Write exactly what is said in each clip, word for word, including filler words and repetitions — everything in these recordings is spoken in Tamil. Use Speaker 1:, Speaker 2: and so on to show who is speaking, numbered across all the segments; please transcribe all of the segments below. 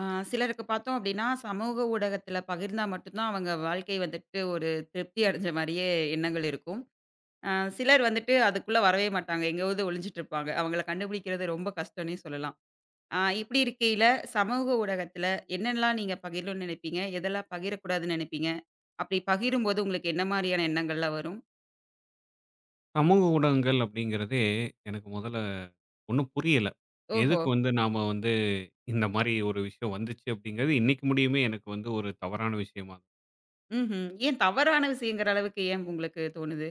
Speaker 1: ஆ, சிலருக்கு பார்த்தோம் அப்படின்னா, சமூக ஊடகத்தில பகிர்ந்தா மட்டும் தான் அவங்க வாழ்க்கை வந்துட்டு ஒரு திருப்தி அடைஞ்ச மாரியே எண்ணங்கள் இருக்கும். அ சிலர் வந்துட்டு அதுக்குள்ள வரவே மாட்டாங்க. எங்கயாவது ஒளிஞ்சிட்டு இருப்பாங்க. அவங்கள கண்டுபிடிக்கிறது ரொம்ப கஷ்டம்னே சொல்லலாம். ஆ இப்படி இருக்கையில சமூக ஊடகத்தில என்னெல்லாம் நீங்க பகிரணும்னு நினைப்பீங்க? எதெல்லாம் பகிரக்கூடாதுன்னு நினைப்பீங்க? அப்படி பகிரும்போது உங்களுக்கு என்ன மாரியான எண்ணங்கள்லாம் வரும்?
Speaker 2: சமூக ஊடகங்கள் அப்படிங்கிறதே எனக்கு முதல்ல ஒன்றும் புரியல.
Speaker 1: ஓஹோ!
Speaker 2: எதுக்கு வந்து நாம வந்து இந்த மாதிரி ஒரு விஷயம் வந்துச்சு அப்படிங்கிறது இன்னைக்கு முடியுமே எனக்கு வந்து ஒரு தவறான விஷயமா இருக்கு.
Speaker 1: ம்ஹ்ம். ஏன் தவறான விஷயங்கிற அளவுக்கு ஏன் உங்களுக்கு தோணுது?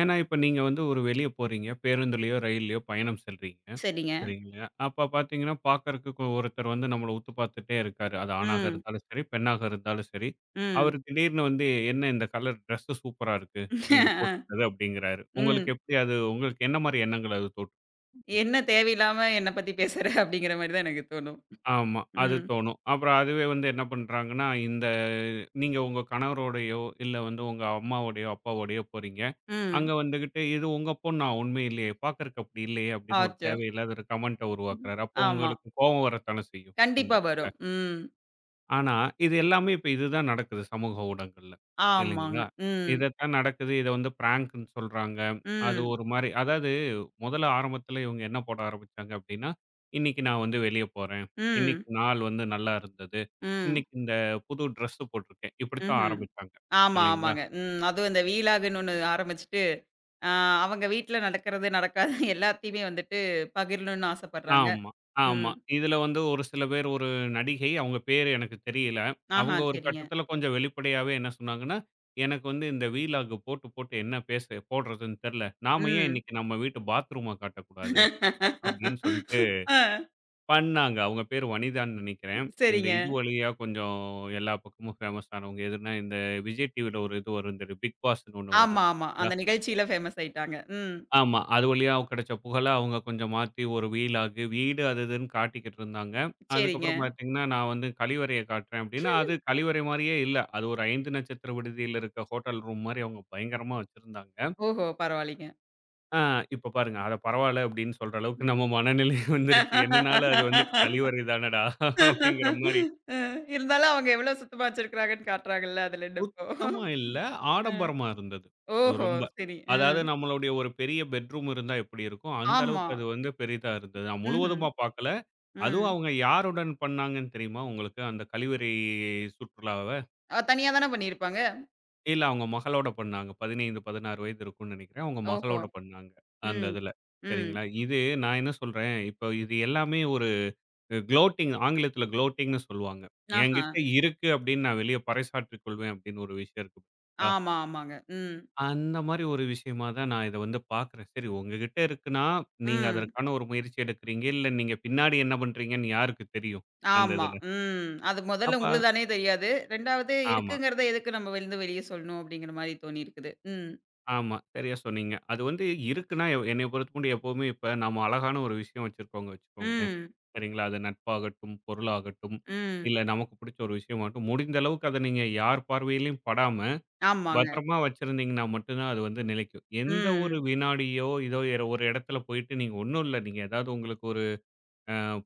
Speaker 2: ஏன்னா இப்போ நீங்க வந்து ஒரு வெளியே போறீங்க, பேருந்துலயோ ரயில்லயோ பயணம் செல்றீங்க.
Speaker 1: சரிங்க.
Speaker 2: சரிங்களா? அப்ப பார்த்தீங்கன்னா பார்க்கறதுக்கு ஒருத்தர் வந்து நம்மள உத்து பார்த்துட்டே இருக்காரு. அது ஆணாக
Speaker 1: ம்.
Speaker 2: இருந்தாலும் சரி, பெண்ணாக இருந்தாலும் சரி.
Speaker 1: ம்.
Speaker 2: அவர் திடீர்னு வந்து, என்ன இந்த கலர் ட்ரெஸ் சூப்பரா இருக்கு. நீங்க போட்டிருக்கிறது அப்படிங்கிறாரு. உங்களுக்கு
Speaker 1: ம்.
Speaker 2: எப்படி அது உங்களுக்கு என்ன மாதிரி எண்ணங்கள் அது தோற்றுச்சு?
Speaker 1: என்ன தேவையில்லாம என்ன பத்தி பேசுற அப்படிங்கிற மாரி தான் எனக்கு தோணும்.
Speaker 2: ஆமா. அது
Speaker 1: ம்.
Speaker 2: தோணும். அப்புறம் அதுவே வந்து என்ன பண்றாங்கன்னா, இந்த நீங்க உங்க கணவரோடையோ, இல்ல வந்து உங்க அம்மாவோடையோ, அப்பாவோடையோ போறீங்க.
Speaker 1: ம்.
Speaker 2: அங்க வந்துகிட்டு, "இது உங்க பொண்ணா? உண்மை இல்லையே! பார்க்கறக்கு அப்படி இல்லையே!" அப்படின்னு ஒரு
Speaker 1: ஆச்சோ!
Speaker 2: தேவையில்லாத ஒரு கமெண்ட்ட
Speaker 1: ம்.
Speaker 2: உருவாக்குறாரு. அப்போ
Speaker 1: ஆமா.
Speaker 2: உங்களுக்கு கோவம் வரத்தானே செய்யும், அந்த
Speaker 1: கண்டிப்பா
Speaker 2: இடத்துல.
Speaker 1: வரும். ம்.
Speaker 2: ஆனா, இது எல்லாமே இப்ப இதுதான் நடக்குது சமூக ஊடகங்கள்ல,
Speaker 1: ஆமாங்க.
Speaker 2: இல்லைங்களா?
Speaker 1: ம்.
Speaker 2: இதத்தான் நடக்குது. இத வந்து பிராங்க்ன்னு சொல்றாங்க. அது
Speaker 1: ம்.
Speaker 2: ஒரு மாரி, அதாவது முதல்ல ஆரம்பத்துல இவங்க என்ன போட ஆரம்பிச்சாங்க அப்படின்னா, "இன்னைக்கு நான் வந்து வெளிய போறேன்.
Speaker 1: ம்.
Speaker 2: இன்னைக்கு நாள் வந்து நல்லா இருந்தது.
Speaker 1: ம்.
Speaker 2: இன்னைக்கு இந்த புது ட்ரெஸ் போட்டிருக்கேன்." இப்படித்தான்
Speaker 1: ம்ஹ்ம்.
Speaker 2: ஆரம்பிச்சாங்க.
Speaker 1: ஆமா,
Speaker 2: இல்லைங்களா?
Speaker 1: ஆமாங்க. ம். அதுவும் இந்த வீலாகுன்னு ஒண்ணு ஆரம்பிச்சுட்டு, அ அவங்க வீட்ல நடக்கிறது, நடக்காது எல்லாத்தையுமே வந்துட்டு பகிரணும்னு ஆசைப்படுறாங்க.
Speaker 2: ஆமா, ஆமா.
Speaker 1: ம்.
Speaker 2: இதுல வந்து ஒரு சில பேர், ஒரு நடிகை, அவங்க பேரு எனக்கு தெரியல.
Speaker 1: ஆஹா,
Speaker 2: அவங்க ஒரு
Speaker 1: சரிங்க.
Speaker 2: கட்டத்துல கொஞ்சம் வெளிப்படையாவே என்ன சொன்னாங்கன்னா, "எனக்கு வந்து இந்த vlog போட்டு, போட்டு என்ன பேச போடுறதுன்னு தெரியல. நாம ஏன்
Speaker 1: ம்.
Speaker 2: இன்னைக்கு நம்ம வீட்டு பாத்ரூம காட்டக்கூடாது?" அப்படின்னு சொல்லிட்டு
Speaker 1: ஆ,
Speaker 2: பண்ணாங்க. அவங்க பேரு வனிதான்னு நெனைக்கிறேன். இந்த
Speaker 1: சரிங்க.
Speaker 2: இது வழியா கொஞ்சம் எல்லா பக்கமும் ஃபேமஸ் ஆனவங்க. எதுனா இந்த விஜய் டிவில ஒரு இது வரும் தெரியும். பிக் பாஸ்ன்னு ஒண்ணு
Speaker 1: ஆமா,
Speaker 2: வரும்,
Speaker 1: ஆமா.
Speaker 2: தெரியுங்களா?
Speaker 1: அந்த நிகழ்ச்சியில ஃபேமஸ் ஆயிட்டாங்க. ம்.
Speaker 2: ஆமா. அது வழியா கிடைச்ச புகழ அவங்க கொஞ்சம் மாத்தி ஒரு வீலாகு, வீடு அது இதுன்னு காட்டிக்கிட்டு இருந்தாங்க.
Speaker 1: சரிங்க.
Speaker 2: அதுக்கப்புறம் பார்த்தீங்கன்னா, நான் வந்து கழிவறைய காட்டுறேன் அப்டின்னா, அது கழிவறை மாரியே இல்ல. அது ஒரு ஐந்து நட்சத்திர விடுதியில இருக்க ஹோட்டல் ரூம் மாரி அவங்க பயங்கரமா வச்சிருந்தாங்க.
Speaker 1: ஓஹோ! பரவாயில்லங்க.
Speaker 2: ஆ இப்ப பாருங்க. அட பரவால்ல அப்டின்னு சொல்ற அளவுக்கு நம்ம மனநிலை வந்துருச்சு. என்னனாலும் அது வந்து கழிவறை தானடா! அப்டிங்கிற மாரி.
Speaker 1: அ இருந்தாலும் அவங்க எவ்ளோ சுத்தமா வச்சிருக்கிறாங்கன்னு காட்டுறாங்கல்ல அதுல இருந்து இப்போ.
Speaker 2: சுத்தமா இல்ல.
Speaker 1: ம்.
Speaker 2: ஆடம்பரமா இருந்தது.
Speaker 1: ஓஹோ!
Speaker 2: ரொம்ப.
Speaker 1: சரி. அ.
Speaker 2: அதாவது நம்மளுடைய ஒரு பெரிய பெட்ரூம் இருந்தா எப்படி இருக்கும்? அந்த
Speaker 1: ஆமா.
Speaker 2: அளவுக்கு அது வந்து பெரிதா இருந்தது. நான்
Speaker 1: ம்ஹ்ம்.
Speaker 2: முழுவதுமா பார்க்கல. அதுவும்
Speaker 1: ம்.
Speaker 2: அவங்க யாருடன் பண்ணாங்கன்னு தெரியுமா உங்களுக்கு? அந்த கழிவறை சுற்றுலாவ?
Speaker 1: அ தனியா தான பண்ணியிருப்பாங்க.
Speaker 2: இல்ல அவங்க மகளோட பண்ணாங்க. பதினைந்து, பதினாறு வயது இருக்கும்னு நெனைக்கிறேன். அவங்க
Speaker 1: ஓஹோ!
Speaker 2: மகளோட பண்ணாங்க. அந்த
Speaker 1: ம்.
Speaker 2: இதுல.
Speaker 1: ம்.
Speaker 2: சரிங்களா? இது நான் என்ன சொல்றேன், இப்போ இது எல்லாமே ஒரு குளோட்டிங், ஆங்கிலத்தில குளோட்டிங்ன்னு சொல்லுவாங்க.
Speaker 1: ஆஹா.
Speaker 2: என்கிட்ட இருக்கு அப்படின்னு நான் வெளிய பறைசாற்றிக் கொள்வேன் அப்படின்னு ஒரு விஷயம் இருக்கு.
Speaker 1: ஆமா, ஆமாங்க. ம்.
Speaker 2: அந்த மாரி ஒரு விஷயமா தான் நான் இத வந்து பார்க்குறேன். சரி, உங்ககிட்ட இருக்குன்னா, நீங்க
Speaker 1: ம்.
Speaker 2: அதற்கான ஒரு முயற்சி எடுக்கிறீங்க. இல்ல நீங்க பின்னாடி என்ன பண்றீங்கன்னு யாருக்கு தெரியும்? அந்த
Speaker 1: ஆமா.
Speaker 2: இதுல.
Speaker 1: ம். அது முதல்ல
Speaker 2: அப்ப
Speaker 1: உங்களுதானே தெரியாது. ரெண்டாவது
Speaker 2: ஆமா,
Speaker 1: இருக்குங்கிறத எதுக்கு நம்ம வந்து வெளிய சொல்லணும் அப்படிங்கிற மாரி தோணியிருக்குது. ம்.
Speaker 2: ஆமா. சரியா சொன்னீங்க. அது வந்து இருக்குன்னா, எ என்னைய பொறுத்தமட்டு எப்பவுமே இப்ப நம்ம அழகான ஒரு விஷயம் வச்சிருக்கோங்க வச்சுக்கோங்களேன்.
Speaker 1: ம்.
Speaker 2: சரிங்களா? அது நட்பாகட்டும், பொருளாகட்டும்,
Speaker 1: ம்.
Speaker 2: இல்ல நமக்கு பிடிச்ச ஒரு விஷயமாகட்டும், முடிந்த அளவுக்கு அத நீங்க யார் பார்வையிலும் படாம,
Speaker 1: ஆமாங்க.
Speaker 2: பத்திரமா வச்சிருந்தீங்கன்னா மட்டும் தான் அது வந்து நிலைக்கும். எந்த ஒரு
Speaker 1: ம்.
Speaker 2: வினாடியோ, இதோ ஏற- ஒரு இடத்துல போயிட்டு நீங்க ஒண்ணும் இல்ல. நீங்க ஏதாவது உங்களுக்கு ஒரு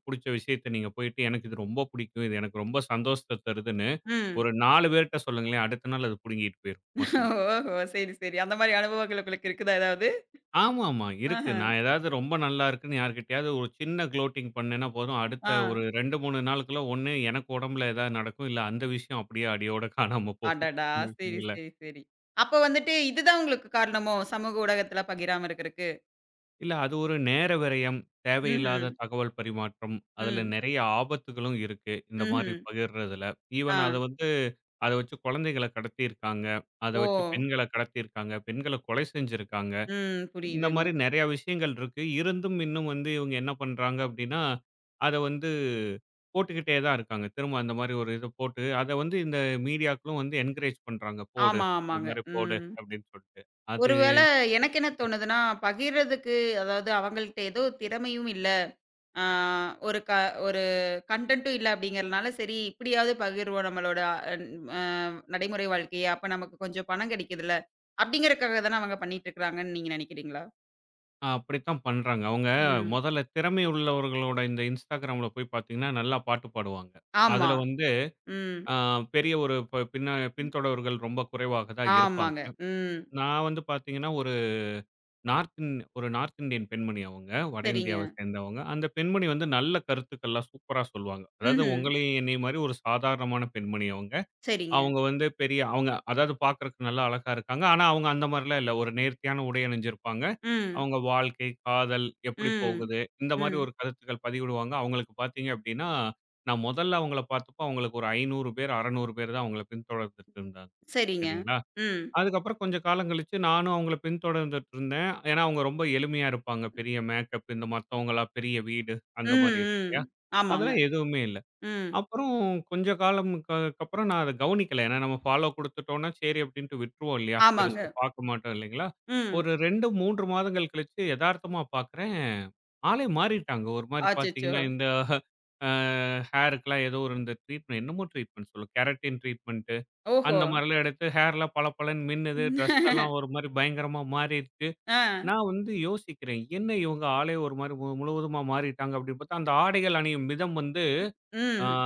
Speaker 2: புடிச்ச விஷயத்த நீங்க போயிட்டு, எனக்கு இது ரொம்ப புடிக்கும். இது எனக்கு ரொம்ப சந்தோஷத்த தருதுன்னு,
Speaker 1: ம்.
Speaker 2: ஒரு நாலு பேர்ட்ட சொல்லுங்களேன். அடுத்த நாள் அது புடுங்கிட்டு போயிரும்,
Speaker 1: ஓஹோ!
Speaker 2: மொத்தமா.
Speaker 1: சரி, சரி. அந்த மாரி அனுபவங்கள் உங்களுக்கு இருக்குதா ஏதாவது?
Speaker 2: ஆமாமா, இருக்கு.
Speaker 1: ஆஹ.
Speaker 2: நான் ஏதாவது ரொம்ப நல்லா இருக்குன்னு யார்கிட்டயாவது ஒரு சின்ன குளோட்டிங் பண்ணேன்னா போதும்.
Speaker 1: ஆ.
Speaker 2: அடுத்த ஒரு ரெண்டு, மூணு நாளுக்குள்ள ஒண்ணு எனக்கு உடம்புல ஏதாவது நடக்கும். இல்ல அந்த விஷயம் அப்படியே அடியோட காணாம போகும்.
Speaker 1: அடடா!
Speaker 2: இந்த
Speaker 1: சரி,
Speaker 2: விஷயங்கள்ல.
Speaker 1: சரி, சரி. அப்ப வந்துட்டு இதுதான் உங்களுக்கு காரணமோ? சமூக ஊடகத்துல பகிராம இருக்கறக்கு.
Speaker 2: இல்ல. அது ஒரு நேர விரயம்,
Speaker 1: ம்ஹ்ம்.
Speaker 2: தேவையில்லாத தகவல் பரிமாற்றம். அதுல
Speaker 1: ம்.
Speaker 2: நெறைய ஆபத்துகளும் இருக்கு. இந்த
Speaker 1: ம்ஹ்ம்.
Speaker 2: மாரி பகிர்றதுல.
Speaker 1: ஆ.
Speaker 2: ஈவன் அத வந்து அத வச்சு குழந்தைகள கடத்தியிருக்காங்க. அத
Speaker 1: ஓ!
Speaker 2: வச்சு பெண்கள கடத்தியிருக்காங்க. பெண்கள கொலை செஞ்சிருக்காங்க.
Speaker 1: ம்.
Speaker 2: இந்த
Speaker 1: புரியுதுங்க.
Speaker 2: மாரி நெறைய விஷயங்கள் இருக்கு. இருந்தும் இன்னும் வந்து இவங்க என்ன பண்றாங்க அப்டின்னா, அத வந்து போட்டுக்கிட்டே தான் இருக்காங்க. திரும்ப அந்த மாரி ஒரு இத போட்டு அத வந்து இந்த மீடியாக்களும் வந்து என்கரேஜ் பண்றாங்க. போடு.
Speaker 1: ஆமா,
Speaker 2: இந்த
Speaker 1: ஆமாங்க.
Speaker 2: மாரி போடு
Speaker 1: ம்.
Speaker 2: அப்டின்னு சொல்ட்டு.
Speaker 1: ஒருவேள எனக்கு என்ன தோணுதுன்னா, பகிர்றதுக்கு அதாவது அவங்கள்ட்ட ஏதோ திறமையும் இல்ல. ஆ ஒரு க ஒரு கன்டென்ட்டும் இல்ல அப்படிங்கிறனால, சரி இப்படியாவது பகிர்வோம் நம்மளோட அன் அ நடைமுறை வாழ்க்கைய. அப்ப நமக்கு கொஞ்சம் பணம் கிடைக்குதுல்ல, அப்படிங்கிறதுக்காக தான அவங்க பண்ணிட்டு இருக்கிறாங்கன்னு நீங்க நினைக்கிறீங்களா?
Speaker 2: ஆ அப்படித்தான் பண்றாங்க. அவங்க
Speaker 1: ம்.
Speaker 2: மொதல்ல திறமை உள்ளவர்களோட இந்த Instagramல போய் பார்த்தீங்கன்னா, நல்லா பாட்டு பாடுவாங்க.
Speaker 1: ஆமா.
Speaker 2: அதுல வந்து
Speaker 1: ம்.
Speaker 2: அ பெரிய ஒரு ப பின்ன பின்தொடர்கள் ரொம்ப குறைவாக தான் இருப்பாங்க.
Speaker 1: ஆமாங்க. ம்.
Speaker 2: நான் வந்து பார்த்தீங்கன்னா, ஒரு நார்த் இந் ஒரு நார்த் இந்தியன் பெண்மணி அவங்க. வட
Speaker 1: சரிங்க.
Speaker 2: இந்தியாவை சேர்ந்தவங்க. அந்த பெண்மணி வந்து நல்ல கருத்துக்கள்லாம் சூப்பரா சொல்லுவாங்க. அதாவது
Speaker 1: ம்ஹ்ம்.
Speaker 2: உங்களையும் என்னையும் மாரி ஒரு சாதாரணமான பெண்மணி அவங்க.
Speaker 1: சரிங்க.
Speaker 2: அவங்க வந்து பெரிய அவங்க அதாவது பார்க்கறதுக்கு நல்லா அழகா இருக்காங்க. ஆனா, அவங்க அந்த மாரிலாம் இல்ல. ஒரு நேர்த்தியான உடை அணிஞ்சிருப்பாங்க.
Speaker 1: ம்.
Speaker 2: அவங்க வாழ்க்கை, காதல் எப்படி
Speaker 1: ம்.
Speaker 2: போகுது? இந்த மாரி
Speaker 1: ம்.
Speaker 2: ஒரு கருத்துக்கள் பதிவிடுவாங்க. அவங்களுக்கு பார்த்தீங்க அப்படின்னா, நான் முதல்ல அவங்கள பார்த்தப்போ அவங்களுக்கு ஒரு ஐநூறு பேர், அறுநூறு பேர் தான் அவங்கள பின்தொடர்ந்துட்டு இருந்தாங்க.
Speaker 1: சரிங்க.
Speaker 2: சரிங்களா?
Speaker 1: ம்.
Speaker 2: அதுக்கப்புறம் கொஞ்சம் காலம் கழிச்சு நானும் அவங்கள பின்தொடர்ந்துட்டு இருந்தேன். ஏன்னா, அவங்க ரொம்ப எளிமையா இருப்பாங்க. பெரிய மேக்கப், இந்த மத்தவங்களா பெரிய வீடு, அந்த
Speaker 1: ம்.
Speaker 2: மாரி இருக்கும்
Speaker 1: ம்.
Speaker 2: இல்லையா?
Speaker 1: ஆமாங்க.
Speaker 2: அதெல்லாம் எதுவுமே இல்ல.
Speaker 1: ம்.
Speaker 2: அப்புறம் கொஞ்ச காலம் க கப்புறம் நான் அத கவனிக்கல. ஏன்னா நம்ம ஃபாலோ குடுத்துட்டோம்னா, சரி அப்படின்ட்டு விட்டுருவோம் இல்லையா? பெருசா
Speaker 1: ஆமாங்க.
Speaker 2: பார்க்க மாட்டோம் இல்லைங்களா?
Speaker 1: ம்.
Speaker 2: ஒரு ரெண்டு, மூன்று மாதங்கள் கழிச்சு எதார்த்தமா பார்க்குறேன், ஆளே மாறிட்டாங்க. ஒரு மாரி
Speaker 1: அச்சச்சோ!
Speaker 2: பார்த்தீங்கன்னா, இந்த அ ஹேருக்குலாம் ஏதோ ஒரு இந்த ட்ரீட்மெண்ட் என்னமோ ட்ரீட்மெண்ட் சொல்லும். கெரட்டின் ட்ரீட்மெண்ட்டு
Speaker 1: ஓஹோ!
Speaker 2: அந்த மாரிலாம் எடுத்து ஹேர்லாம் பளபளன்னு மின்னுது. ட்ரெஸ் எல்லாம் ஒரு மாரி பயங்கரமா மாறிருக்கு.
Speaker 1: ஆ.
Speaker 2: நான் வந்து யோசிக்கிறேன், என்ன இவங்க ஆளே ஒரு மாரி மு முழுவதுமா மாறிட்டாங்க அப்படின்னு பார்த்தா, அந்த ஆடைகள் அணியும் விதம் வந்து ஆ
Speaker 1: ம்.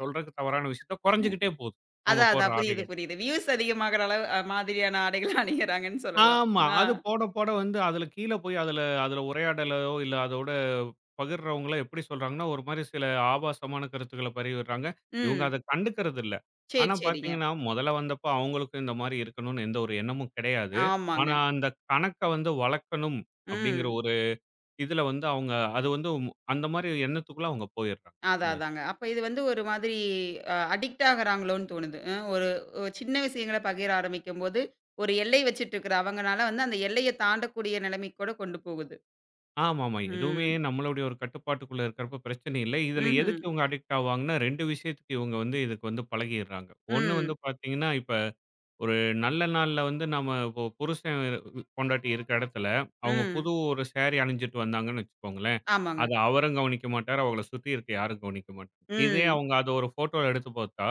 Speaker 2: சொல்றதுக்கு தவறான விஷயத்த குறைஞ்சுகிட்டே போகுது. அவங்க
Speaker 1: அதான்,
Speaker 2: போடுற
Speaker 1: அதான். புரியுது,
Speaker 2: ஆடைகள்.
Speaker 1: புரியுது. வியூஸ் அதிகமாகுற அளவு அ மாதிரியான ஆடைகள அணியறாங்கன்னு சொல்லலாம்.
Speaker 2: ஆமா.
Speaker 1: ஆ.
Speaker 2: அது போட, போட வந்து அதுல கீழ போய் அதுல அதுல உரையாடலோ, இல்ல அதோட பகிர்றவங்களோ எப்படி சொல்றாங்கன்னா, ஒரு மாரி சில ஆபாசமான கருத்துக்கள பரவிடுறாங்க. இவங்க அத
Speaker 1: ம்.
Speaker 2: கண்டுக்கிறது இல்ல.
Speaker 1: சரி,
Speaker 2: ஆனா
Speaker 1: சரிங்க.
Speaker 2: பார்த்தீங்கன்னா, முதல்ல வந்தப்போ அவங்களுக்கும் இந்த மாரி இருக்கணும்னு எந்த ஒரு எண்ணமும் கிடையாது.
Speaker 1: ஆமாங்க.
Speaker 2: ஆனா அந்த கணக்க வந்து வளர்க்கணும் அப்படிங்கிற
Speaker 1: ம்.
Speaker 2: ஒரு இதுல வந்து அவங்க அது வந்து அந்த மாரி எண்ணத்துக்குள்ள அவங்க போயிடுறாங்க.
Speaker 1: அதான்,
Speaker 2: இந்த
Speaker 1: அதாங்க. அப்ப இது வந்து ஒரு மாதிரி அ அடிக்ட் ஆகுறாங்களோன்னு தோணுது. அ ஒரு ஒரு சின்ன விஷயங்கள பகிர ஆரம்பிக்கும்போது, ஒரு எல்லை வச்சுட்டுருக்கிற அவங்கனால வந்து அந்த எல்லைய தாண்டக்கூடிய நிலைமைக்கு கூட கொண்டு போகுது.
Speaker 2: ஆமாமா. எதுவுமே
Speaker 1: ம்.
Speaker 2: நம்மளுடைய ஒரு கட்டுப்பாட்டுக்குள்ள இருக்கிறப்ப பிரச்சனை இல்ல. இதுல
Speaker 1: ம்ஹ்ம்.
Speaker 2: எதுக்கு இவங்க அடிக்ட் ஆவாங்கன்னா, ரெண்டு விஷயத்துக்கு இவங்க வந்து இதுக்கு வந்து பழகிர்றாங்க. ஒண்ணு வந்து
Speaker 1: ம்.
Speaker 2: பார்த்தீங்கன்னா, இப்ப ஒரு நல்ல நாள்ல வந்து நம்ம இப்போ புருஷன் பொண்டாட்டி இருக்க இடத்துல, அவங்க
Speaker 1: ம்.
Speaker 2: புது ஒரு சாரி அணிஞ்சுட்டு வந்தாங்கன்னு வச்சுக்கோங்களேன்,
Speaker 1: ஆமாங்க.
Speaker 2: அத அவரும் கவனிக்க மாட்டாரு. அவங்கள சுத்தி இருக்க யாரும் கவனிக்க மாட்டாங்க. இதே
Speaker 1: ம்.
Speaker 2: அவங்க அத ஒரு ஃபோட்டோல எடுத்து பார்த்தா,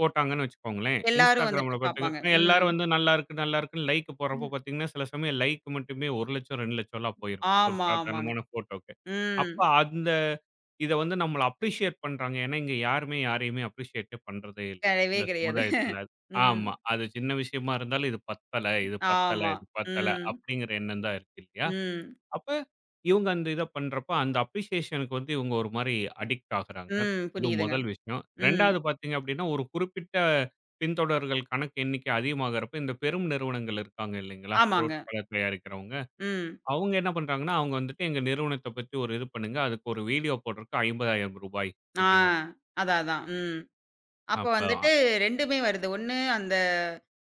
Speaker 2: போட்டாங்கன்னு வச்சுக்கோங்களேன்.
Speaker 1: எல்லாரும் வந்துட்டு
Speaker 2: Instagramல
Speaker 1: பாப்பாங்க.
Speaker 2: பார்த்தீங்கன்னா,
Speaker 1: ம்.
Speaker 2: எல்லாரும் வந்து நல்லா இருக்கு, நல்லா இருக்குன்னு லைக் போடுறப்போ
Speaker 1: ம்.
Speaker 2: பார்த்தீங்கன்னா, சில சமயம் லைக் மட்டுமே ஒரு,லட்சம் ரெண்டு,00,000லாம் போயிரும். ஒரு
Speaker 1: ஆமா, ஆமாங்க.
Speaker 2: சாதாரணமான ஃபோட்டோக்கு.
Speaker 1: ம்.
Speaker 2: அப்ப அந்த இத வந்து நம்மள அப்ரிஷியேட் பண்றாங்க. ஏன்னா, இங்க யாருமே யாரையுமே அப்ரிஷியேட்டே பண்றதே இல்ல.
Speaker 1: கிடையவே
Speaker 2: இந்த
Speaker 1: கிடையாது.
Speaker 2: சமுதாயத்துல.
Speaker 1: ம்.
Speaker 2: ஆமா. அது சின்ன விஷயமா இருந்தாலும் இது பத்தல, இது பத்தல,
Speaker 1: ஆமா.
Speaker 2: இது பத்தல
Speaker 1: ம்.
Speaker 2: அப்படிங்கிற எண்ணம் தான் இருக்கு இல்லையா?
Speaker 1: ம்.
Speaker 2: அப்ப இவங்க அந்த இத பண்றப்ப, அந்த அப்ரிசியேஷனுக்கு வந்து இவங்க ஒரு மாரி அடிக்ட் ஆகுறாங்க.
Speaker 1: ம்.
Speaker 2: இது
Speaker 1: புரியுதுங்க.
Speaker 2: முதல் விஷயம்.
Speaker 1: ம்.
Speaker 2: 2வது பார்த்தீங்க அப்படின்னா, ஒரு குறிப்பிட்ட பின்தொடர்கள் கணக்கு எண்ணிக்கை அதிகமாகறப்ப, இந்த பெரும் நிறுவனங்கள் இருக்காங்க இல்லைங்களா?
Speaker 1: ஆமாங்க.
Speaker 2: பொருட்கள தயாரிக்கிறவங்க.
Speaker 1: ம்.
Speaker 2: அவங்க என்ன பண்றாங்கன்னா, அவங்க வந்துட்டு எங்க நிறுவனத்த பத்தி ஒரு இது பண்ணுங்க. அதுக்கு ஒரு வீடியோ போடுறதுக்கு ரூ. ஐம்பதாயிரம்
Speaker 1: ஆ.
Speaker 2: அப்படிங்கிறாங்க.
Speaker 1: அதான், அதான். ம். அப்ப
Speaker 2: அப்ப
Speaker 1: வந்துட்டு ரெண்டுமே வருது. ஒண்ணு அந்த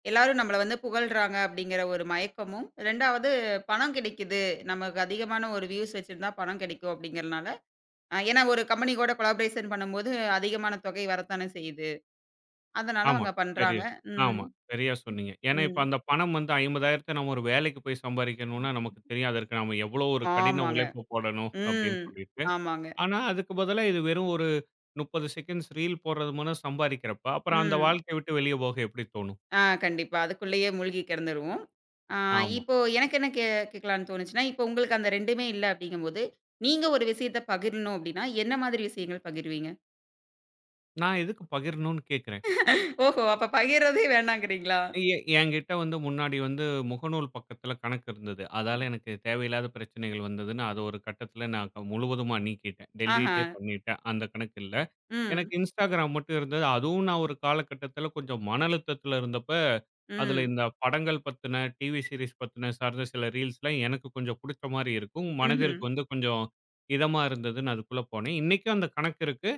Speaker 1: எல்லாரும் நம்மள வந்து புகழ்றாங்க அப்படிங்கிற ஒரு மயக்கமும், ரெண்டாவது பணம் கிடைக்குது. நமக்கு அதிகமான ஒரு வியூஸ் வச்சிருந்தா பணம் கிடைக்கும் அப்படிங்கிறனால, அ ஏன்னா ஒரு கம்பெனி கூட கொலாபரேஷன் பண்ணும்போது அதிகமான தொகை வரத்தானே செய்யுது. அதனால
Speaker 2: ஆமா.
Speaker 1: அவங்க
Speaker 2: சரி.
Speaker 1: பண்றாங்க. ம்.
Speaker 2: ஆமா. சரியா சொன்னீங்க. ஏன்னா, இப்ப
Speaker 1: ம்.
Speaker 2: அந்த பணம் வந்து ஐம்பதாயிரம் நம்ம ஒரு வேலைக்கு போய் சம்பாரிக்கணும்னா நமக்கு தெரியாது. அதற்கு நாம எவ்வளோ ஒரு கடின
Speaker 1: ஆமாங்க.
Speaker 2: உழைப்பு போடணும் அப்படின்னு
Speaker 1: ம்.
Speaker 2: சொல்லிட்டு.
Speaker 1: ஆமாங்க.
Speaker 2: ஆனா, அதுக்கு பதிலா இது வெறும் ஒரு முப்பது செகண்ட்ஸ் ரீல் போடுறது மூலம் சம்பாதிக்கிறப்ப, அப்புறம் அந்த
Speaker 1: ம்.
Speaker 2: வாழ்க்கைய விட்டு வெளிய போக எப்படி தோணும்?
Speaker 1: ஆ கண்டிப்பா. அதுக்குள்ளேயே மூழ்கி கிடந்துருவோம். ஆ
Speaker 2: ஆமா.
Speaker 1: இப்போ எனக்கு என்ன கே கேட்கலான்னு தோணுச்சுன்னா, இப்போ உங்களுக்கு அந்த ரெண்டுமே இல்ல அப்படிங்கும்போது, நீங்க ஒரு விஷயத்த பகிரணும் அப்படின்னா, என்ன மாதிரி விஷயங்கள் பகிர்வீங்க?
Speaker 2: நான் எதுக்கு பகிரணும்னு கேட்கிறேன்.
Speaker 1: ஓஹோ! அப்ப பகிர்றதே வேணாங்கிறீங்களா?
Speaker 2: எ என்கிட்ட வந்து முன்னாடி வந்து முகநூல் பக்கத்துல கணக்கு இருந்தது. அதால எனக்கு தேவையில்லாத பிரச்சனைகள் வந்ததுன்னு, அத ஒரு கட்டத்துல நான் க- முழுவதுமா நீக்கிட்டேன்.
Speaker 1: ஆஹா.
Speaker 2: டெலீட்டே பண்ணிட்டேன். அந்த கணக்கு இல்ல.
Speaker 1: ம்.
Speaker 2: எனக்கு Instagram மட்டும் இருந்தது. அதுவும் நான் ஒரு காலகட்டத்தில கொஞ்சம் மன அழுத்தத்தில இருந்தப்ப, அதில
Speaker 1: ம்.
Speaker 2: இந்த படங்கள் பத்தின, டிவி சீரிஸ் பத்தின சார்ந்த சில ரீல்ஸ்லாம் எனக்கு கொஞ்சம் புடிச்ச மாரி இருக்கும்.
Speaker 1: ம்ஹ்ம்.
Speaker 2: மனதிற்கு வந்து கொஞ்சம் இதமா இருந்ததுன்னு அதுக்குள்ள போனேன். இன்னைக்கும் அந்த கணக்கு இருக்கு.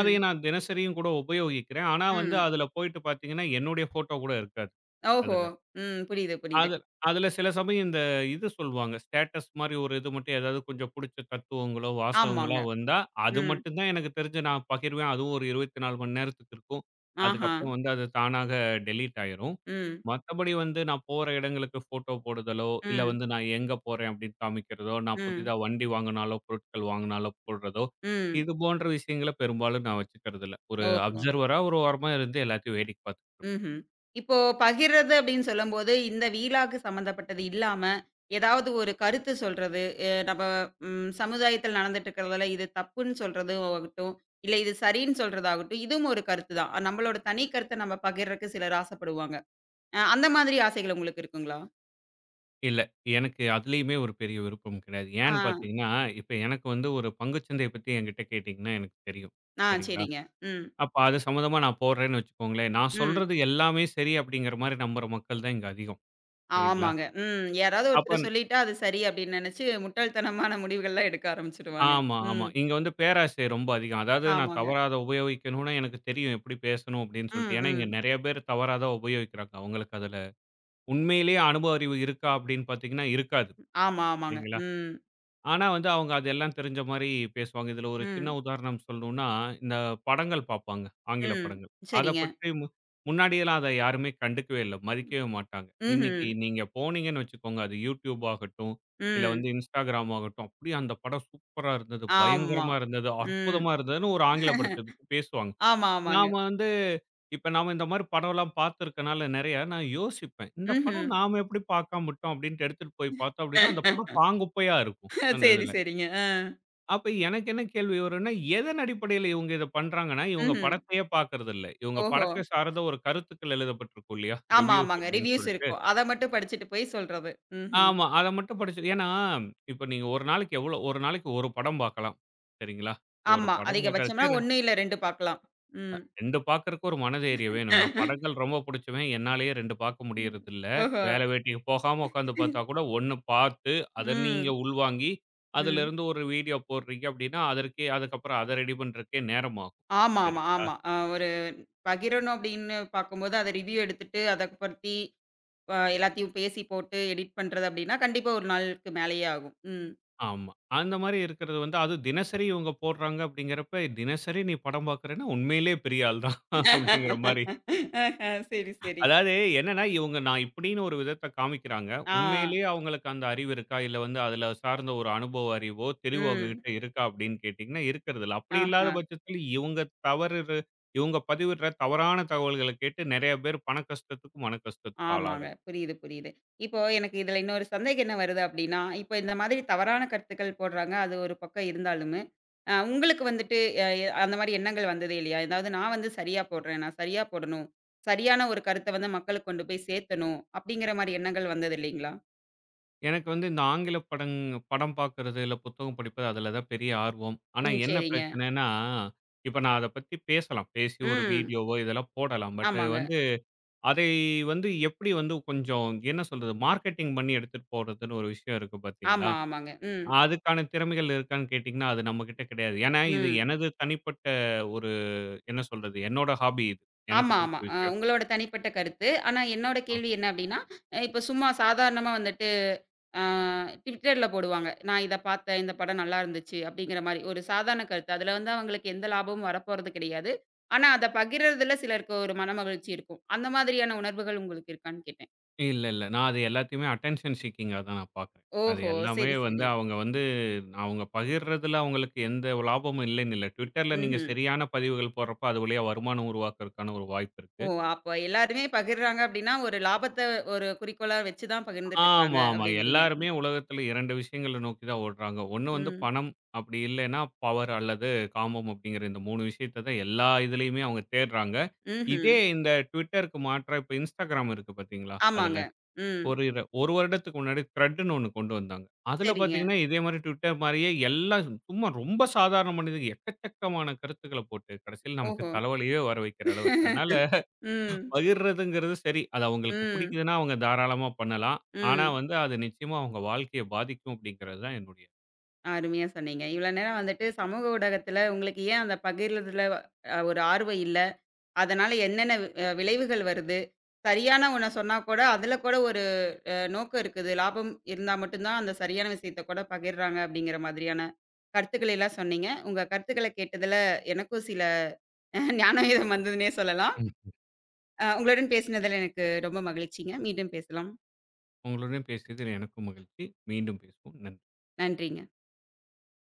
Speaker 2: அதை நான் தினசரியும் கூட உபயோகிக்கிறேன். ஆனா வந்து
Speaker 1: ம்.
Speaker 2: அதில போயிட்டு பார்த்தீங்கன்னா, என்னுடைய ஃபோட்டோ கூட இருக்காது.
Speaker 1: ஓஹோ!
Speaker 2: அதில.
Speaker 1: ம். புரியுது, புரியுது.
Speaker 2: அது அதுல சில சமயம் இந்த இது சொல்லுவாங்க. ஸ்டேட்டஸ் மாரி ஒரு இது மட்டும் ஏதாவது கொஞ்சம் புடிச்ச தத்துவங்களோ, வாசகங்களோ
Speaker 1: ஆமாங்க.
Speaker 2: வந்தா, அது
Speaker 1: ம்.
Speaker 2: மட்டும் தான் எனக்கு தெரிஞ்சு நான் பகிர்வேன். அதுவும் ஒரு இருபத்தி நான்கு மணி நேரத்துக்கு இருக்கும்.
Speaker 1: ஆஹா.
Speaker 2: அதுக்கப்புறம் வந்து அது தானாக டெலீட் ஆயிரும்.
Speaker 1: ம்.
Speaker 2: மத்தபடி வந்து நான் போற இடங்களுக்கு ஃபோட்டோ போடுதலோ, இல்ல
Speaker 1: ம்.
Speaker 2: வந்து நான் எங்க போறேன் அப்படின்னு காமிக்கிறதோ, நான்
Speaker 1: ம்.
Speaker 2: புதிதா வண்டி வாங்குனாலோ, பொருட்கள் வாங்குனாலோ போடுறதோ,
Speaker 1: ம்.
Speaker 2: இது போன்ற விஷயங்கள பெரும்பாலும் நான் வச்சுக்கிறது இல்ல. ஒரு
Speaker 1: ஓஹோ!
Speaker 2: அப்சர்வரா ஒரு ஓரமா இருந்து எல்லாத்தையும் வேடிக்கை பார்த்துட்டு இருப்பேன்.
Speaker 1: ம்ஹ்ம். இப்போ பகிர்றது அப்படின்னு சொல்லும்போது, இந்த வீலாக்கு சம்மந்தப்பட்டது இல்லாம, ஏதாவது ஒரு கருத்து சொல்றது, அ நம்ம ம் சமுதாயத்தில் நடந்துட்டு இருக்கிறதுல இது தப்புன்னு சொல்றது ஆகட்டும், இல்ல இது சரின்னு சொல்றதாகட்டும், இதுவும் ஒரு கருத்து தான். அஹ் நம்மளோட தனி கருத்த நம்ம பகிர்றக்கு சிலர் ஆசைப்படுவாங்க. அ அந்த மாதிரி ஆசைகள் உங்களுக்கு இருக்குங்களா?
Speaker 2: இல்ல. எனக்கு அதிலேயுமே ஒரு பெரிய விருப்பம் கிடையாது.
Speaker 1: ஆ,
Speaker 2: ஏன்னு பார்த்தீங்கன்னா, இப்ப எனக்கு வந்து ஒரு பங்குச்சந்தைய பத்தி என்கிட்ட கேட்டீங்கன்னா எனக்கு தெரியும்.
Speaker 1: ஆ
Speaker 2: சரிங்களா?
Speaker 1: சரிங்க. ம்,
Speaker 2: அப்ப அது சம்மந்தமா நான் போடுறேன்னு வச்சுக்கோங்களேன், நான்
Speaker 1: ம்.
Speaker 2: சொல்றது எல்லாமே சரி அப்படிங்கிற மாரி நம்புற மக்கள் தான் இங்க அதிகம். சரிங்களா?
Speaker 1: ஆமாங்க. ம். யாராவது
Speaker 2: அப்ப
Speaker 1: ஒருத்தர் சொல்லிட்டா அது சரி அப்படின்னு நினைச்சு முட்டாள்தனமான முடிவுகள்லாம் எடுக்க ஆரம்பிச்சுடுவாங்க.
Speaker 2: ஆமா, ஆமா.
Speaker 1: ம்.
Speaker 2: இங்க வந்து பேராசை ரொம்ப அதிகம். அதாவது நான்
Speaker 1: ஆமாங்க.
Speaker 2: தவறா அத உபயோகிக்கணும்னா எனக்கு தெரியும் எப்படி பேசணும் அப்படின்னு சொல்லிட்டு.
Speaker 1: ம்,
Speaker 2: ஏன்னா, இங்க
Speaker 1: ம்.
Speaker 2: நெறைய பேர் தவறா தான் உபயோகிக்கிறாங்க. அவங்களுக்கு அதுல உண்மையிலேயே அனுபவ அறிவு இருக்கா அப்படின்னு பார்த்தீங்கன்னா இருக்காது.
Speaker 1: ஆமா, ஆமாங்க.
Speaker 2: சரிங்களா?
Speaker 1: ம்.
Speaker 2: ஆனா வந்து அவங்க அதெல்லாம் தெரிஞ்ச மாரி பேசுவாங்க. இதுல ஒரு சின்ன
Speaker 1: ம்,
Speaker 2: உதாரணம் சொல்லணும்னா, இந்த படங்கள் பார்ப்பாங்க. ஆங்கில
Speaker 1: ம்.
Speaker 2: படங்கள். அத
Speaker 1: சரிங்க.
Speaker 2: பற்றி மு முன்னாடியெல்லாம் அத யாருமே கண்டுக்கவே இல்ல. மதிக்கவே மாட்டாங்க. இன்னைக்கு
Speaker 1: ம்ஹ்ம்.
Speaker 2: நீங்க போனீங்கன்னு வச்சுக்கோங்க, அது YouTube ஆகட்டும், இல்ல வந்து
Speaker 1: ம்.
Speaker 2: Instagram ஆகட்டும், அப்படியே அந்த படம் சூப்பரா இருந்தது,
Speaker 1: ஆமா.
Speaker 2: பயங்கரமா இருந்தது,
Speaker 1: ம்.
Speaker 2: அற்புதமா இருந்ததுன்னு ஒரு ஆங்கில படத்த பத்தி பேசுவாங்க.
Speaker 1: ஆமா, ஆமாங்க.
Speaker 2: நாம வந்து இப்ப நாம இந்த மாரி படம்லாம் பார்த்துருக்கனால நெறையா, நான் யோசிப்பேன். இந்த
Speaker 1: ம்ஹ்ம்.
Speaker 2: படம் நாம எப்படி பார்க்காம விட்டோம் அப்படின்ட்டு எடுத்துட்டு போய் பார்த்தோம் அப்படின்னா, அந்த படம் பாங்குப்பையா இருக்கும். அந்த
Speaker 1: சரி,
Speaker 2: இதுல.
Speaker 1: சரிங்க. அ.
Speaker 2: அப்ப எனக்கு என்ன கேள்வி வரும்னா, எதன் அடிப்படையில இவங்க இத பண்றாங்கன்னா, இவங்க
Speaker 1: ம்ஹ்ம்.
Speaker 2: படத்தையே பார்க்கறதில்ல. இவங்க
Speaker 1: ஓஹோ!
Speaker 2: படத்தை சார்ந்த ஒரு கருத்துக்கள் எழுதப்பட்டிருக்கும் இல்லையா?
Speaker 1: ஆமா,
Speaker 2: ரிவ்யூஸ்
Speaker 1: ஆமாங்க.
Speaker 2: அப்படின்னு
Speaker 1: ரிவ்யூஸ்
Speaker 2: சொல்ட்டு.
Speaker 1: இருக்கும். அத மட்டும் படிச்சுட்டு போய் சொல்றது. ம்ஹ்ம்.
Speaker 2: ஆமா. அத மட்டும் படிச்சு ஏன்னா, இப்ப நீங்க ஒரு நாளைக்கு எவ்வளோ ஒரு நாளைக்கு ஒரு படம் பார்க்கலாம். சரிங்களா? ஒரு
Speaker 1: ஆமா.
Speaker 2: படம்
Speaker 1: அதிகபட்சம்னா
Speaker 2: பார்க்கறதுக்கே
Speaker 1: ஒண்ணு இல்ல ரெண்டு பாக்கலாம். ம்.
Speaker 2: ரெண்டு பாக்குறக்கு ஒரு மனதைரியம் வேணும். நான் படங்கள் ரொம்ப புடிச்சவன். என்னாலேயே ரெண்டு பாக்க
Speaker 1: ம்.
Speaker 2: முடியறதில்ல.
Speaker 1: ஓஹோ!
Speaker 2: வேலை வேட்டிக்கு போகாம உக்காந்து பாத்தா கூட ஒன்று பாத்து, அத நீங்க
Speaker 1: ம்,
Speaker 2: உள்வாங்கி,
Speaker 1: ம்.
Speaker 2: அதிலிருந்து ஒரு வீடியோ போடுறீங்க அப்டின்னா, அதற்கே அதுக்கப்புறம் அத ரெடி பண்றதுக்கே நேரம் ஆகும்.
Speaker 1: ஆமா, ஆமா,
Speaker 2: சரிங்களா?
Speaker 1: ஆமா. அ ஒரு பகிரணும் அப்படின்னு பாக்கும்போது, அத ரிவ்யூ எடுத்துட்டு, அத பத்தி அ எல்லாத்தையும் பேசி போட்டு எடிட் பண்றது அப்படின்னா, கண்டிப்பா ஒரு நாளுக்கு மேலேயே ஆகும். ம்.
Speaker 2: ஆமா. அந்த மாரி இருக்கிறது வந்து அது தினசரி இவங்க போடுறாங்க அப்டிங்கிறப்ப, தினசரி நீ படம் பாக்குறேன்னா உண்மையிலேயே பெரிய ஆள் தான் அப்டிங்கிற மாரி
Speaker 1: ஆஹா, சரி, சரி.
Speaker 2: அதாவது என்னன்னா, இவங்க நான் இப்படின்னு ஒரு விதத்த காமிக்கிறாங்க.
Speaker 1: ஆ,
Speaker 2: உண்மையிலேயே அவங்களுக்கு அந்த அறிவு இருக்கா? இல்ல வந்து அதுல சார்ந்த ஒரு அனுபவ அறிவோ, தெரிவோ
Speaker 1: ம்.
Speaker 2: அவங்ககிட்ட இருக்கா? அப்படின்னு கேட்டீங்கன்னா, இருக்கிறது இல்ல. அப்படி இல்லாத
Speaker 1: ஆஹா.
Speaker 2: பட்சத்துல இவங்க தவறுற இவங்க பதிவிடுற தவறான தகவல்கள கேட்டு நெறைய பேர் பண கஷ்டத்துக்கு, மன கஷ்டத்துக்கு
Speaker 1: ஆமாங்க.
Speaker 2: ஆளாகுறாங்க.
Speaker 1: புரியுது, புரியுது. இப்போ எனக்கு இதுல இன்னொரு சந்தேகம் என்ன வருது அப்டின்னா, இப்ப இந்த மாதிரி தவறான கருத்துக்கள் போடுறாங்க. அது ஒரு பக்கம் இருந்தாலுமே, அ உங்களுக்கு வந்துட்டு அ அந்த மாரி எண்ணங்கள் வந்ததே இல்லையா? அதாவது நான் வந்து சரியா போடுறேன். நான் சரியா போடணும். சரியான ஒரு கருத்த வந்து மக்களுக்கு கொண்டு போய் சேர்த்தணும். அப்டிங்கிற மாரி எண்ணங்கள் வந்தது இல்லைங்களா?
Speaker 2: எனக்கு வந்து இந்த ஆங்கில படங் படம் பார்க்கறது, இல்ல புத்தகம் படிப்பது அதுல தான் பெரிய ஆர்வம். ஆனா
Speaker 1: ம்.
Speaker 2: என்ன
Speaker 1: சரிங்க.
Speaker 2: பிரச்சனைன்னா, இப்ப நான் அத பத்தி பேசலாம். பேசி ஒரு
Speaker 1: ம்.
Speaker 2: வீடியோவோ இதெல்லாம் போடலாம். பட்
Speaker 1: ஆமாங்க.
Speaker 2: வந்து அதை வந்து எப்படி வந்து கொஞ்சம் என்ன சொல்றது? மார்க்கெட்டிங் பண்ணி எடுத்துட்டு போறதுன்னு ஒரு விஷயம் இருக்கு பார்த்தீங்களா?
Speaker 1: ஆமா, ஆமாங்க. ம்.
Speaker 2: அதுக்கான திறமைகள் இருக்கான்னு கேட்டீங்கன்னா, அது நம்மகிட்ட கிடையாது. ஏன்னா, இது
Speaker 1: ம்.
Speaker 2: எனது தனிப்பட்ட ஒரு என்ன சொல்றது? என்னோட ஹாபி இது. எனக்கு
Speaker 1: ஆமா,
Speaker 2: பிடிச்ச
Speaker 1: ஆமா. அ
Speaker 2: விஷயம்.
Speaker 1: உங்களோட தனிப்பட்ட கருத்து. ஆனா என்னோட
Speaker 2: அ
Speaker 1: கேள்வி என்ன அப்டின்னா, அ இப்ப சும்மா சாதாரணமா வந்துட்டு அ Twitterல போடுவாங்க. "நான் இத பாத்தேன். இந்த படம் நல்லா இருந்துச்சு." அப்படிங்கிற மாரி ஒரு சாதாரண கருத்து. அதுல வந்து அவங்களுக்கு எந்த லாபமும் வரப்போறது கிடையாது. ஆனா அத பகிர்றதுல சிலருக்கு ஒரு மனமகிழ்ச்சி இருக்கும். அந்த மாதிரியான உணர்வுகள் உங்களுக்கு இருக்கான்னு கேட்டேன்.
Speaker 2: இல்ல, இல்ல. நான் அது எல்லாத்தையுமே அட்டென்ஷன் சீக்கிங்கா தான் நான் பார்க்குறேன். அது
Speaker 1: ஓஹோ!
Speaker 2: எல்லாமே
Speaker 1: சரி,
Speaker 2: வந்து
Speaker 1: சரி.
Speaker 2: அவங்க வந்து அவங்க பகிர்றதுல அவங்களுக்கு எந்த லாபமும் இல்லைன்னு இல்ல. Twitterல நீங்க
Speaker 1: ம்ஹ்ம்.
Speaker 2: சரியான பதிவுகள் போடுறப்ப, அது வழியா வருமானம் உருவாக்குறதுக்கான ஒரு வாய்ப்பு இருக்கு.
Speaker 1: ஓ! அப்ப எல்லாருமே பகிர்றாங்க அப்படின்னா, ஒரு லாபத்த ஒரு குறிக்கோளா வச்சு தான் பகிர்ந்துட்டு
Speaker 2: ஆமா,
Speaker 1: இருக்காங்க
Speaker 2: ஆமா.
Speaker 1: அப்படிங்கிறீங்க.
Speaker 2: எல்லாருமே உலகத்துல இரண்டு விஷயங்கள நோக்கி தான் ஓடுறாங்க. ஒண்ணு வந்து
Speaker 1: ம்.
Speaker 2: பணம், அப்படி இல்லைன்னா பவர் அல்லது காமம் அப்படிங்கிற இந்த மூணு விஷயத்த தான் எல்லா இதுலயுமே அவங்க தேடுறாங்க.
Speaker 1: ம்ஹ்ம்.
Speaker 2: இதே இந்த Twitterக்கு மாற்றா இப்ப Instagram இருக்கு பாத்தீங்களா?
Speaker 1: ஆமாங்க.
Speaker 2: அதுல
Speaker 1: ம்.
Speaker 2: ஒரு இர ஒரு வருடத்துக்கு முன்னாடி த்ரெட்ன்னு ஒண்ணு கொண்டு வந்தாங்க. அதுல
Speaker 1: சரிங்க.
Speaker 2: பாத்தீங்கன்னா, இதே மாரி Twitter மாரியே எல்லா சும்மா ரொம்ப சாதாரண மனிதன் எக்கச்சக்கமான கருத்துக்கள போட்டு கடைசியில நமக்கு
Speaker 1: ஓஹோ!
Speaker 2: தலைவலியே வர வைக்கிற அளவுக்கு. அதனால
Speaker 1: ம்,
Speaker 2: பகிர்றதுங்கிறது சரி. அது அவங்களுக்கு
Speaker 1: ம்,
Speaker 2: பிடிக்குதுன்னா, அவங்க தாராளமா பண்ணலாம். ஆனா
Speaker 1: ம்.
Speaker 2: வந்து அது நிச்சயமா அவங்க வாழ்க்கைய பாதிக்கும் அப்படிங்கிறது தான் என்னுடைய
Speaker 1: அருமையா சொன்னீங்க. இவ்வளோ நேரம் வந்துட்டு சமூக ஊடகத்தில உங்களுக்கு ஏன் அந்த பகிர்றதுல அ ஒரு ஆர்வம் இல்ல? அதனால என்னென்ன அ விளைவுகள் வருது? சரியான ஒண்ண சொன்னா கூட, அதில கூட ஒரு நோக்கம் இருக்குது. லாபம் இருந்தா மட்டும் தான் அந்த சரியான விஷயத்த கூட பகிர்றாங்க அப்படிங்கிற மாதிரியான கருத்துக்களை எல்லாம் சொன்னீங்க. உங்க கருத்துக்கள கேட்டதில எனக்கும் சில ஞானோதயம் வந்ததுன்னே சொல்லலாம்.
Speaker 2: ம்.
Speaker 1: அ உங்களுடன் பேசினதில எனக்கு ரொம்ப மகிழ்ச்சிங்க. மீண்டும் பேசலாம்.
Speaker 2: உங்களுடன் பேசியதில் எனக்கும் மகிழ்ச்சி. மீண்டும் பேசுவோம். நன்றி.
Speaker 1: நன்றிங்க.